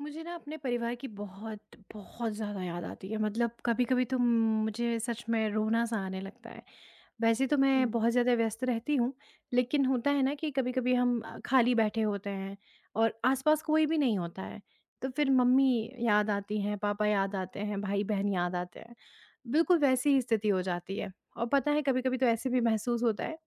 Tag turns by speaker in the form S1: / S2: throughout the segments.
S1: मुझे ना अपने परिवार की बहुत बहुत ज़्यादा याद आती है। मतलब कभी कभी तो मुझे सच में रोना सा आने लगता है। वैसे तो मैं
S2: हुँ,
S1: बहुत ज़्यादा व्यस्त रहती हूँ, लेकिन होता है ना कि कभी कभी हम खाली बैठे होते हैं और आसपास कोई भी नहीं होता है। तो फिर मम्मी याद आती हैं, पापा याद आते हैं, भाई बहन याद आते हैं। बिल्कुल वैसी ही स्थिति हो जाती है और पता है कभी कभी तो ऐसे भी महसूस होता है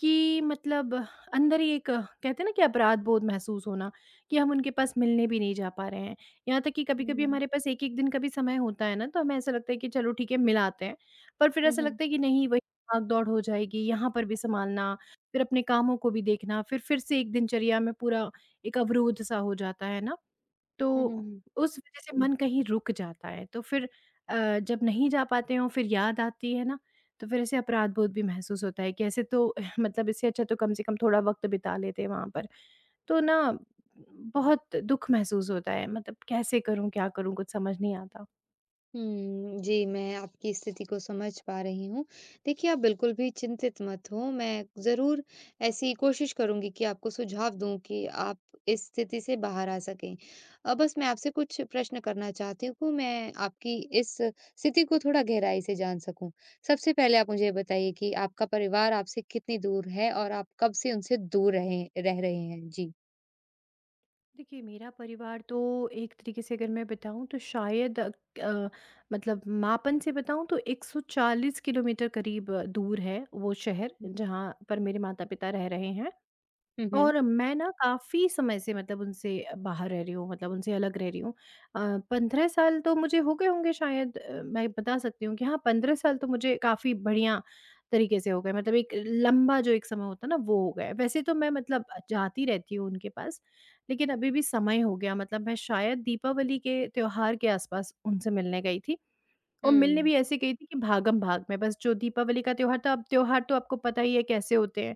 S1: कि मतलब अंदर ही एक कहते हैं ना कि अपराध बोध महसूस होना, कि हम उनके पास मिलने भी नहीं जा पा रहे हैं। यहाँ तक कि
S2: हुँ,
S1: कभी-कभी
S2: हुँ,
S1: हमारे पास 1-1 दिन का भी समय होता है ना, तो हमें ऐसा लगता है कि चलो ठीक है मिल आते हैं। पर फिर ऐसा
S2: हुँ,
S1: लगता है कि नहीं, वही भाग-दौड़ हो जाएगी, यहाँ पर भी सँभालना, फिर अपने कामों को भी देखना, फिर से एक दिनचर्या में पूरा एक अवरोध-सा हो जाता है ना।
S2: हुँ,
S1: तो
S2: हुँ।
S1: उस वज़ह से मन कहीं रुक जाता है। तो फिर अ, जब नहीं जा पाते हों फिर याद आती है ना, तो फिर ऐसे अपराध-बोध भी महसूस होता है कि ऐसे तो मतलब इससे अच्छा तो कम से कम थोड़ा वक़्त बिता लेते वहाँ पर। तो ना बहुत दुःख महसूस होता है, मतलब कैसे करूँ, क्या करूँ कुछ समझ नहीं आता।
S2: हुँ, जी, मैं आपकी स्थिति को समझ पा रही हूँ। देखिए, आप बिल्कुल भी चिंतित मत हो, मैं ज़रूर ऐसी कोशिश करूँगी कि आपको सुझाव दूँ कि आप इस स्थिति से बाहर आ सकें। बस मैं आपसे कुछ प्रश्न करना चाहती हूँ कि मैं आपकी इस स्थिति को थोड़ा गहराई से जान सकूँ। सबसे पहले आप मुझे ये बताइए कि आपका परिवार आपसे कितनी दूर है और आप कब से उनसे दूर रहे रह रहे हैं? जी।
S1: देखिए, मेरा परिवार तो एक तरीके से अगर मैं बताऊँ तो शायद अ, मतलब मापन से बताऊँ तो 140 किलोमीटर करीब दूर है वो शहर,
S2: हुँ,
S1: जहाँ पर मेरे माता-पिता रह रहे हैं।
S2: हुँ, हुँ।
S1: और मैं ना काफ़ी समय से मतलब उनसे बाहर रह रही हूँ, मतलब उनसे अलग रह रही हूँ। 15 साल तो मुझे हो गए होंगे शायद। मैं बता सकती हूँ कि हाँ, 15 साल तो मुझे काफ़ी बढ़िया तरीके से हो गए, मतलब एक लंबा जो एक समय होता है ना, वो हो गया है। वैसे तो मैं मतलब जाती रहती हूँ उनके पास, लेकिन अभी भी समय हो गया। मतलब मैं शायद दीपावली के त्योहार के आस-पास उनसे मिलने गई थी। और मिलने
S2: हुँ,
S1: भी ऐसे गई थी कि भागम-भाग में, बस जो दीपावली का त्योहार था, अब त्योहार तो आपको पता ही है कैसे होते हैं,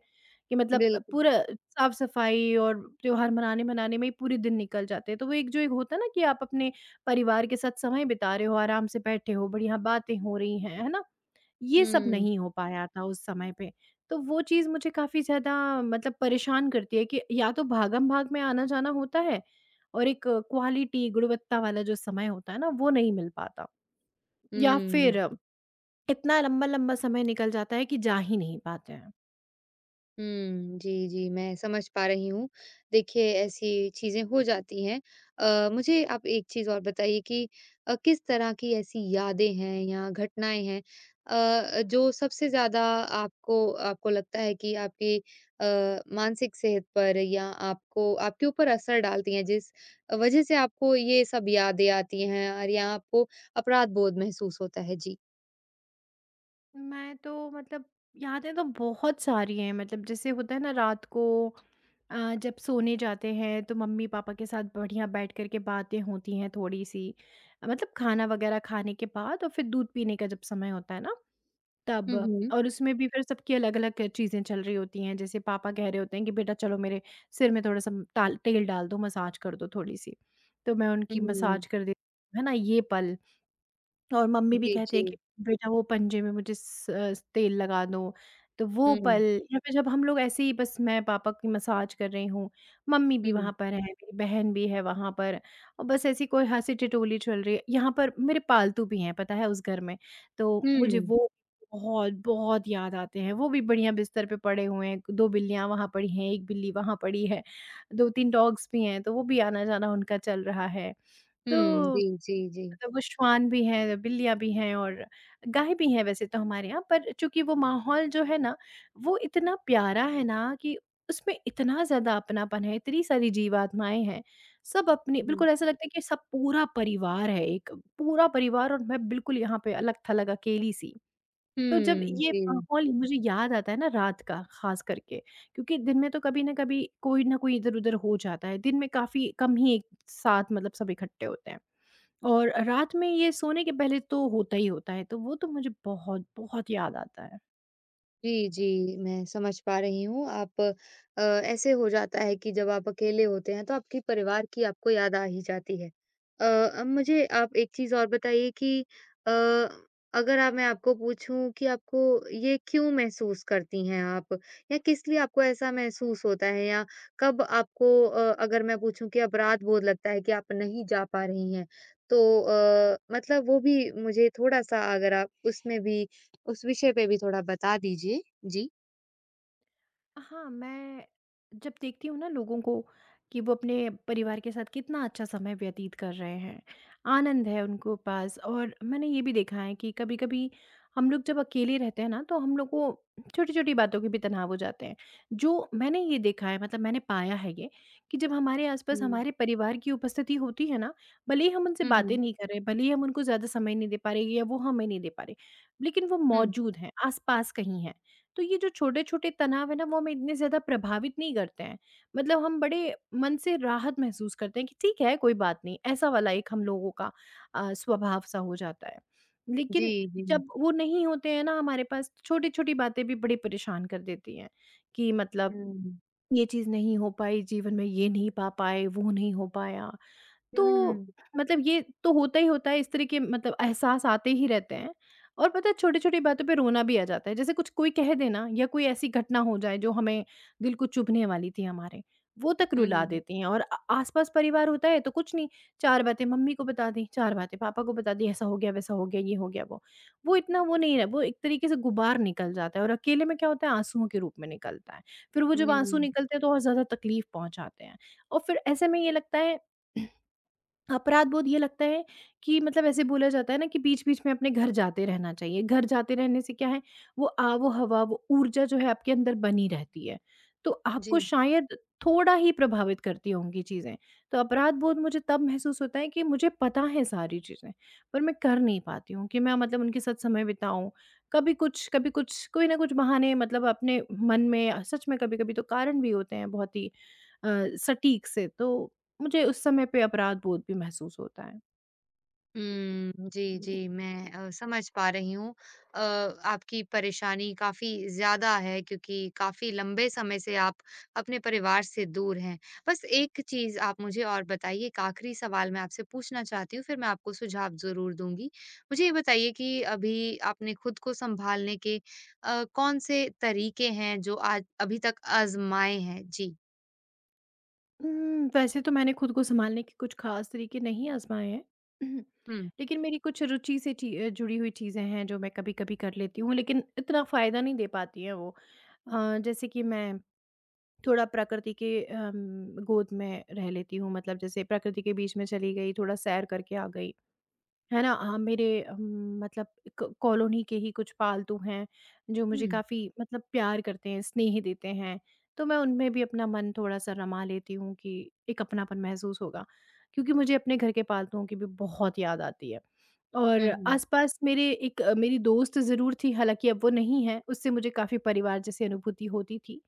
S1: कि मतलब
S2: बिल्कुल।
S1: पूरा साफ-सफाई और त्योहार मनाने-मनाने में ही पूरे दिन निकल जाते हैं। तो वो एक जो एक होता है ना कि आप अपने परिवार के साथ समय बिता रहे हो, आराम से बैठे हो, बढ़िया बातें हो रही हैं, है ना? ये सब
S2: हुँ।
S1: नहीं हो पाया था उस समय पे। तो वो चीज़ मुझे काफ़ी ज़्यादा मतलब परेशान करती है कि या तो भागम-भाग में आना-जाना होता है, और एक क्वालिटी गुणवत्ता वाला जो समय होता है ना, वो नहीं मिल पाता। या
S2: हुँ,
S1: फिर इतना लंबा-लंबा समय निकल जाता है कि जा ही नहीं पाते हैं।
S2: हुँ। जी, जी, मैं समझ पा रही हूँ। देखिए, ऐसी चीज़ें हो जाती हैं। मुझे आप एक चीज़ और बताइए कि किस तरह की ऐसी यादें हैं या घटनाएँ हैं, जो सबसे ज़्यादा आपको आपको लगता है कि आपकी अ, मानसिक सेहत पर या आपको आपके ऊपर असर डालती हैं, जिस वजह से आपको ये सब यादें आती हैं और या आपको अपराध बोध महसूस होता है? जी।
S1: मैं तो मतलब यादें तो बहुत सारी हैं। मतलब जैसे होता है ना, रात को अ, जब सोने जाते हैं तो मम्मी-पापा के साथ बढ़िया बैठ कर के बातें होती हैं थोड़ी-सी। मतलब खाना वगैरह खाने के बाद और फिर दूध पीने का जब समय होता है ना, तब।
S2: हुँ, हुँ।
S1: और उसमें भी फिर सबकी अलग-अलग चीज़ें चल रही होती हैं। जैसे पापा कह रहे होते हैं कि बेटा चलो मेरे सिर में थोड़ा-सा ताल तेल डाल दो, मसाज कर दो थोड़ी-सी। तो मैं उनकी
S2: हुँ।
S1: मसाज कर देती हूँ, है ना? ये पल। और मम्मी भी
S2: जी,
S1: कहती
S2: जी।
S1: हैं कि बेटा वो पंजे में मुझे तेल लगा दो, तो वो
S2: हुँ,
S1: पल। या फिर जब हम लोग ऐसे ही बस, मैं पापा की मसाज कर रही हूँ, मम्मी भी
S2: हुँ।
S1: वहाँ पर है, मेरी बहन भी है वहाँ पर, और बस ऐसी कोई हँसी-ठिठोली चल रही है। यहाँ पर मेरे पालतू भी हैं पता है उस घर में, तो मुझे
S2: हुँ।
S1: वो बहुत, बहुत याद आते हैं। वो भी बढ़िया बिस्तर पे पड़े हुए हैं, 2 बिल्लियाँ वहाँ पड़ी हैं, 1 बिल्ली वहाँ पड़ी है, 2-3 डॉग्स भी हैं, तो वो भी आना-जाना उनका चल रहा है।
S2: हुँ,
S1: तो
S2: जी, जी, जी।
S1: मतलब वो श्वान भी है, बिल्लियाँ भी हैं और गाय भी हैं वैसे तो हमारे यहाँ, पर चूँकि वो माहौल जो है ना, वो इतना प्यारा है ना कि उसमें इतना ज़्यादा अपनापन है, इतनी सारी जीवात्माएँ हैं। सब अपनी
S2: हुँ।
S1: बिल्कुल, ऐसा लगता है कि सब पूरा परिवार है एक, पूरा परिवार, और मैं बिल्कुल यहाँ पे अलग-थलग अकेली-सी। तो जब
S2: हुँ,
S1: ये
S2: जी।
S1: माहौल मुझे याद आता है ना, रात का ख़ास करके, क्योंकि दिन में तो कभी न कभी कोई न कोई इधर-उधर हो जाता है। दिन में काफ़ी कम ही एक साथ मतलब सब इकट्ठे होते हैं। और रात में ये सोने के पहले तो होता ही होता है, तो वो तो मुझे बहुत, बहुत याद आता है।
S2: जी, जी, मैं समझ पा रही हूँ। ऐसे हो जाता है कि जब आप अकेले होते हैं, तो आपके परिवार की आपको याद आ ही जाती है। अब मुझे आप एक चीज़ और बताइए कि अ, अगर आप मैं आपको पूछूँ कि आपको ये क्यों महसूस करती हैं आप? या किस लिए आपको ऐसा महसूस होता है? या कब आपको अगर मैं पूछूँ कि अपराध-बोध लगता है कि आप नहीं जा पा रही हैं? तो मतलब वो भी मुझे थोड़ा-सा अगर आप उसमें भी उस विषय पे भी थोड़ा बता दीजिए? जी।
S1: हाँ, मैं जब देखती हूँ ना लोगों को कि वो अपने परिवार के साथ कितना अच्छा समय व्यतीत कर रहे हैं, आनंद है उनको पास, और मैंने ये भी देखा है कि कभी-कभी हम लोग जब अकेले रहते हैं ना, तो हम लोग को छोटी-छोटी बातों के भी तनाव हो जाते हैं। जो मैंने ये देखा है, मतलब मैंने पाया है ये, कि जब हमारे आस-पास
S2: हुँ।
S1: हमारे परिवार की उपस्थिति होती है ना, भले ही हम उनसे
S2: हुँ,
S1: बातें
S2: हुँ।
S1: नहीं कर रहे, भले ही हम उनको ज़्यादा समय नहीं दे पा रहे या वो हमें नहीं दे पा रहे, लेकिन वो
S2: हुँ।
S1: मौजूद हैं, आस-पास कहीं हैं। तो ये जो छोटे-छोटे तनाव है ना, वो हमें इतने ज़्यादा प्रभावित नहीं करते हैं। मतलब हम बड़े मन से राहत महसूस करते हैं कि ठीक है, कोई बात नहीं, ऐसा वाला एक हम लोगों का स्वभाव सा हो जाता है।
S2: जी,
S1: लेकिन
S2: जी।
S1: जब वो नहीं होते हैं ना हमारे पास, तो छोटी-छोटी बातें भी बड़ी परेशान कर देती हैं कि मतलब
S2: हुँ।
S1: ये चीज़ नहीं हो पाई, जीवन में ये नहीं पा पाए, वो नहीं हो पाया। तो
S2: हुँ।
S1: मतलब ये तो होता ही होता है, इस तरह के मतलब एहसास आते ही रहते हैं। और पता है छोटी-छोटी बातों पे रोना भी आ जाता है। जैसे कुछ कोई कह देना या कोई ऐसी घटना हो जाए जो हमें दिल को चुभने वाली थी हमारे, वो तक रुला
S2: हुँ।
S1: देती हैं। और आस-पास परिवार होता है तो कुछ नहीं, 4 बातें मम्मी को बता दी, 4 बातें पापा को बता दी, ऐसा हो गया, वैसा हो गया, ये हो गया, वो। वो इतना वो नहीं रहा, वो एक तरीके से गुबार निकल जाता है, और अकेले में क्या होता है, आँसुओं के रूप में निकलता है। फिर वो जब
S2: हुँ।
S1: आँसू
S2: हुँ,
S1: निकलते हैं तो और ज़्यादा तकलीफ पहुँचाते हैं। और फिर ऐसे में ये लगता है अपराध बोध, ये लगता है कि मतलब ऐसे बोला जाता है ना कि बीच-बीच में अपने घर जाते रहना चाहिए। घर जाते रहने से क्या है, वो आबो-हवा, वो ऊर्जा जो है आपके अंदर बनी रहती है। तो आपको
S2: जी।
S1: शायद थोड़ा ही प्रभावित करती होंगी चीज़ें। तो अपराध बोध मुझे तब महसूस होता है कि मुझे पता है सारी चीज़ें, पर मैं कर नहीं पाती हूँ कि मैं मतलब उनके साथ समय बिताऊँ। कभी कुछ, कभी कुछ, कोई ना कुछ बहाने, मतलब अपने मन में सच में कभी-कभी तो कारण भी होते हैं बहुत ही अ, सटीक से, तो मुझे उस समय पे अपराध बोध भी महसूस होता है।
S2: हुँ, जी, जी, मैं समझ पा रही हूँ। अ, आपकी परेशानी काफ़ी ज़्यादा है क्योंकि काफ़ी लंबे समय से आप अपने परिवार से दूर हैं। बस एक चीज़ आप मुझे और बताइए, एक आखिरी सवाल मैं आपसे पूछना चाहती हूँ, फिर मैं आपको सुझाव ज़रूर दूँगी। मुझे ये बताइए कि अभी आपने खुद को सँभालने के कौन-से तरीके हैं जो आज अभी तक आज़माए हैं? जी।
S1: वैसे तो मैंने खुद को सँभालने के कुछ ख़ास तरीके नहीं आज़माए हैं।
S2: हुँ,
S1: लेकिन मेरी कुछ रुचि से जुड़ी हुई चीज़ें हैं जो मैं कभी-कभी कर लेती हूँ, लेकिन इतना फ़ायदा नहीं दे पाती हैं वो। जैसे कि मैं थोड़ा प्रकृति के गोद में रह लेती हूँ, मतलब जैसे प्रकृति के बीच में चली गई, थोड़ा सैर करके आ गई। है ना? हाँ, मेरे मतलब क कॉलोनी के ही कुछ पालतू हैं, जो मुझे
S2: हुँ,
S1: काफ़ी मतलब प्यार करते हैं, स्नेह देते हैं। तो मैं उनमें भी अपना मन थोड़ा-सा रमा लेती हूँ कि एक अपनापन महसूस होगा। क्योंकि मुझे अपने घर के पालतुओं की भी बहुत याद आती है।
S2: हुँ,
S1: और
S2: हुँ,
S1: आस-पास मेरे एक मेरी दोस्त ज़रूर थी, हालाँकि अब वो नहीं है, उससे मुझे काफ़ी परिवार जैसी अनुभूति होती थी।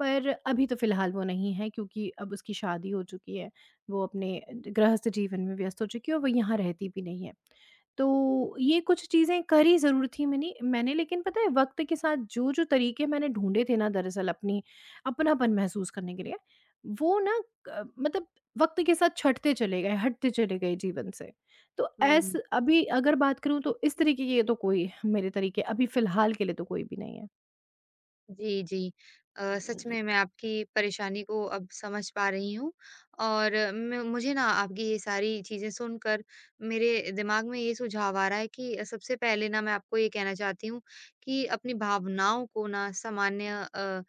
S1: पर अभी तो फ़िलहाल वो नहीं है, क्योंकि अब उसकी शादी हो चुकी है। वो अपने गृहस्थ जीवन में व्यस्त हो चुकी है और वो यहाँ रहती भी नहीं है। तो ये कुछ चीज़ें करी ज़रूर थी मैंने मैंने, लेकिन पता है वक़्त के साथ जो-जो तरीके मैंने ढूँढे थे ना दरअसल अपनी अपनापन महसूस करने के लिए, वो ना मतलब वक़्त के साथ छँटते चले गए, हटते चले गए जीवन से। तो ऐस
S2: हुँ।
S1: अभी अगर बात करूँ तो इस तरीके के तो कोई मेरे तरीके अभी फ़िलहाल के लिए तो कोई भी नहीं है।
S2: जी, जी। सच में मैं आपकी परेशानी को अब समझ पा रही हूँ और म मुझे ना आपकी ये सारी चीज़ें सुनकर मेरे दिमाग में ये सुझाव आ रहा है कि सबसे पहले ना मैं आपको ये कहना चाहती हूँ कि अपनी भावनाओं को ना सामान्य, अ,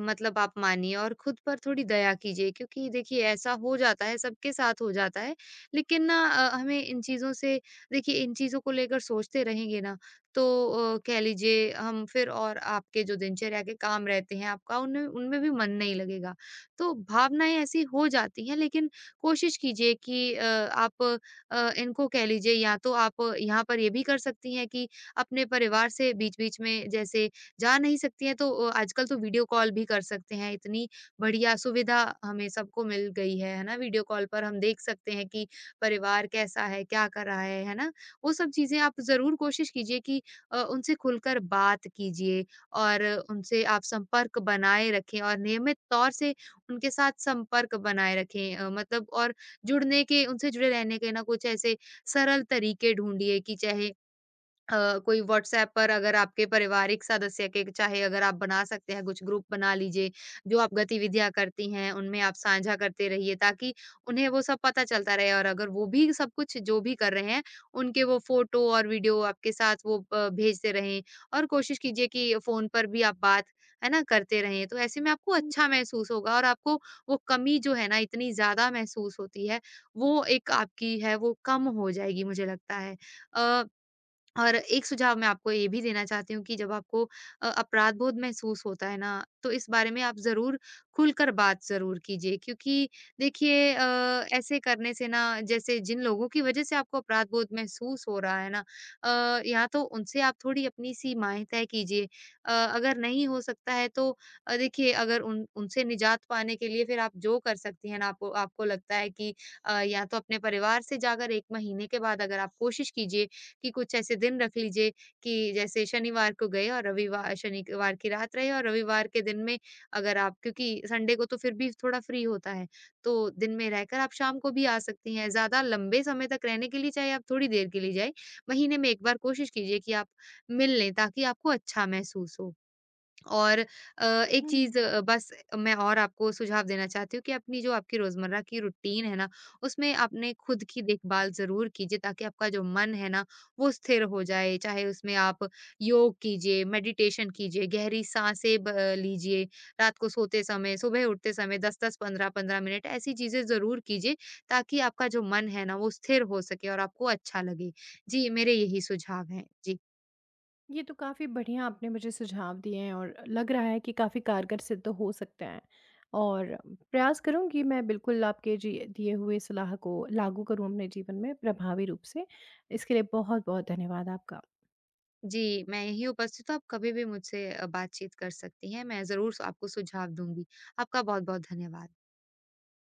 S2: मतलब आप मानिए और खुद पर थोड़ी दया कीजिए क्योंकि देखिए ऐसा हो जाता है, सबके साथ हो जाता है। लेकिन ना हमें इन चीज़ों से, देखिए, इन चीज़ों को लेकर सोचते रहेंगे ना, तो कह लीजिए, हम फिर और आपके जो दिनचर्या के काम रहते हैं आपका उनमें उनमें भी मन नहीं लगेगा। तो भावनाएँ ऐसी हो जाती हैं, लेकिन कोशिश कीजिए कि आप इनको कह लीजिए, या तो आप यहाँ पर ये भी कर सकती हैं कि अपने परिवार से बीच-बीच में जैसे जा नहीं सकती हैं तो आजकल तो वीडियो कॉल भी कर सकते हैं। इतनी बढ़िया सुविधा हमें सबको मिल गई है ना? वीडियो कॉल पर हम देख सकते हैं कि परिवार कैसा है, क्या कर रहा है ना? वो सब चीज़ें आप ज़रूर कोशिश कीजिए कि उनसे खुलकर बात कीजिए और उनसे आप संपर्क बनाए रखें और नियमित तौर से उनके साथ संपर्क बनाए रखें, मतलब और जुड़ने के, उनसे जुड़े रहने के ना कुछ ऐसे सरल तरीके ढूंढिए कि चाहे कोई व्हाट्सएप पर अगर आपके पारिवारिक सदस्य के, चाहे अगर आप बना सकते हैं, कुछ ग्रुप बना लीजिए, जो आप गतिविधियाँ करती हैं उनमें आप साझा करते रहिए ताकि उन्हें वो सब पता चलता रहे और अगर वो भी सब कुछ जो भी कर रहे हैं, उनके वो फ़ोटो और वीडियो आपके साथ भेजते रहें और कोशिश कीजिए कि फ़ोन पर भी आप बात, है ना, करते रहें। तो ऐसे में आपको अच्छा महसूस होगा और आपको वो कमी जो है ना इतनी ज़्यादा महसूस होती है, वो एक आपकी है वो कम हो जाएगी मुझे लगता है। अ और एक सुझाव मैं आपको ये भी देना चाहती हूँ कि जब आपको अपराध बोध महसूस होता है ना, तो इस बारे में आप ज़रूर खुलकर बात ज़रूर कीजिए क्योंकि देखिए ऐसे करने से ना, जैसे जिन लोगों की वज़ह से आपको अपराध बोध महसूस हो रहा है ना, या तो उनसे आप थोड़ी अपनी सीमाएँ तय कीजिए। अगर नहीं हो सकता है तो देखिए, अगर उन उनसे निजात पाने के लिए फिर आप जो कर सकती हैं ना, आपको आपको लगता है कि या तो अपने परिवार से जाकर 1 महीने के बाद अगर आप कोशिश कीजिए कि कुछ ऐसे दिन रख लीजिए कि जैसे शनिवार को गए और रविवार, शनिवार की रात रहे और रविवार के दिन में, अगर आप, क्योंकि संडे को तो फिर भी थोड़ा फ्री होता है, तो दिन में रहकर आप शाम को भी आ सकती हैं। ज़्यादा लंबे समय तक रहने के लिए चाहे आप थोड़ी देर के लिए जाएँ, महीने में 1 बार कोशिश कीजिए कि आप मिल लें ताकि आपको अच्छा महसूस हो। और एक चीज़
S1: हुँ।
S2: बस मैं और आपको सुझाव देना चाहती हूँ कि अपनी जो आपकी रोज़मर्रा की रूटीन है ना, उसमें आपने खुद की देखभाल ज़रूर कीजिए ताकि आपका जो मन है ना, वो स्थिर हो जाए। चाहे उसमें आप योग कीजिए, मेडिटेशन कीजिए, गहरी साँसें ब लीजिए, रात को सोते समय, सुबह उठते समय 10-10, 15-15 मिनट ऐसी चीज़ें ज़रूर कीजिए ताकि आपका जो मन है ना, वो स्थिर हो सके और आपको अच्छा लगे। जी, मेरे यही सुझाव हैं। जी।
S1: ये तो काफ़ी बढ़िया आपने मुझे सुझाव दिए हैं और लग रहा है कि काफ़ी कारगर सिद्ध हो सकते हैं। और प्रयास करूंगी मैं बिल्कुल आपके जी दिए हुए सलाह को लागू करूं अपने जीवन में प्रभावी रूप से। इसके लिए बहुत बहुत धन्यवाद आपका।
S2: जी, मैं यहीं उपस्थित हूँ, आप कभी भी मुझसे बातचीत कर सकती हैं, मैं ज़रूर स आपको सुझाव दूँगी। आपका बहुत-बहुत धन्यवाद।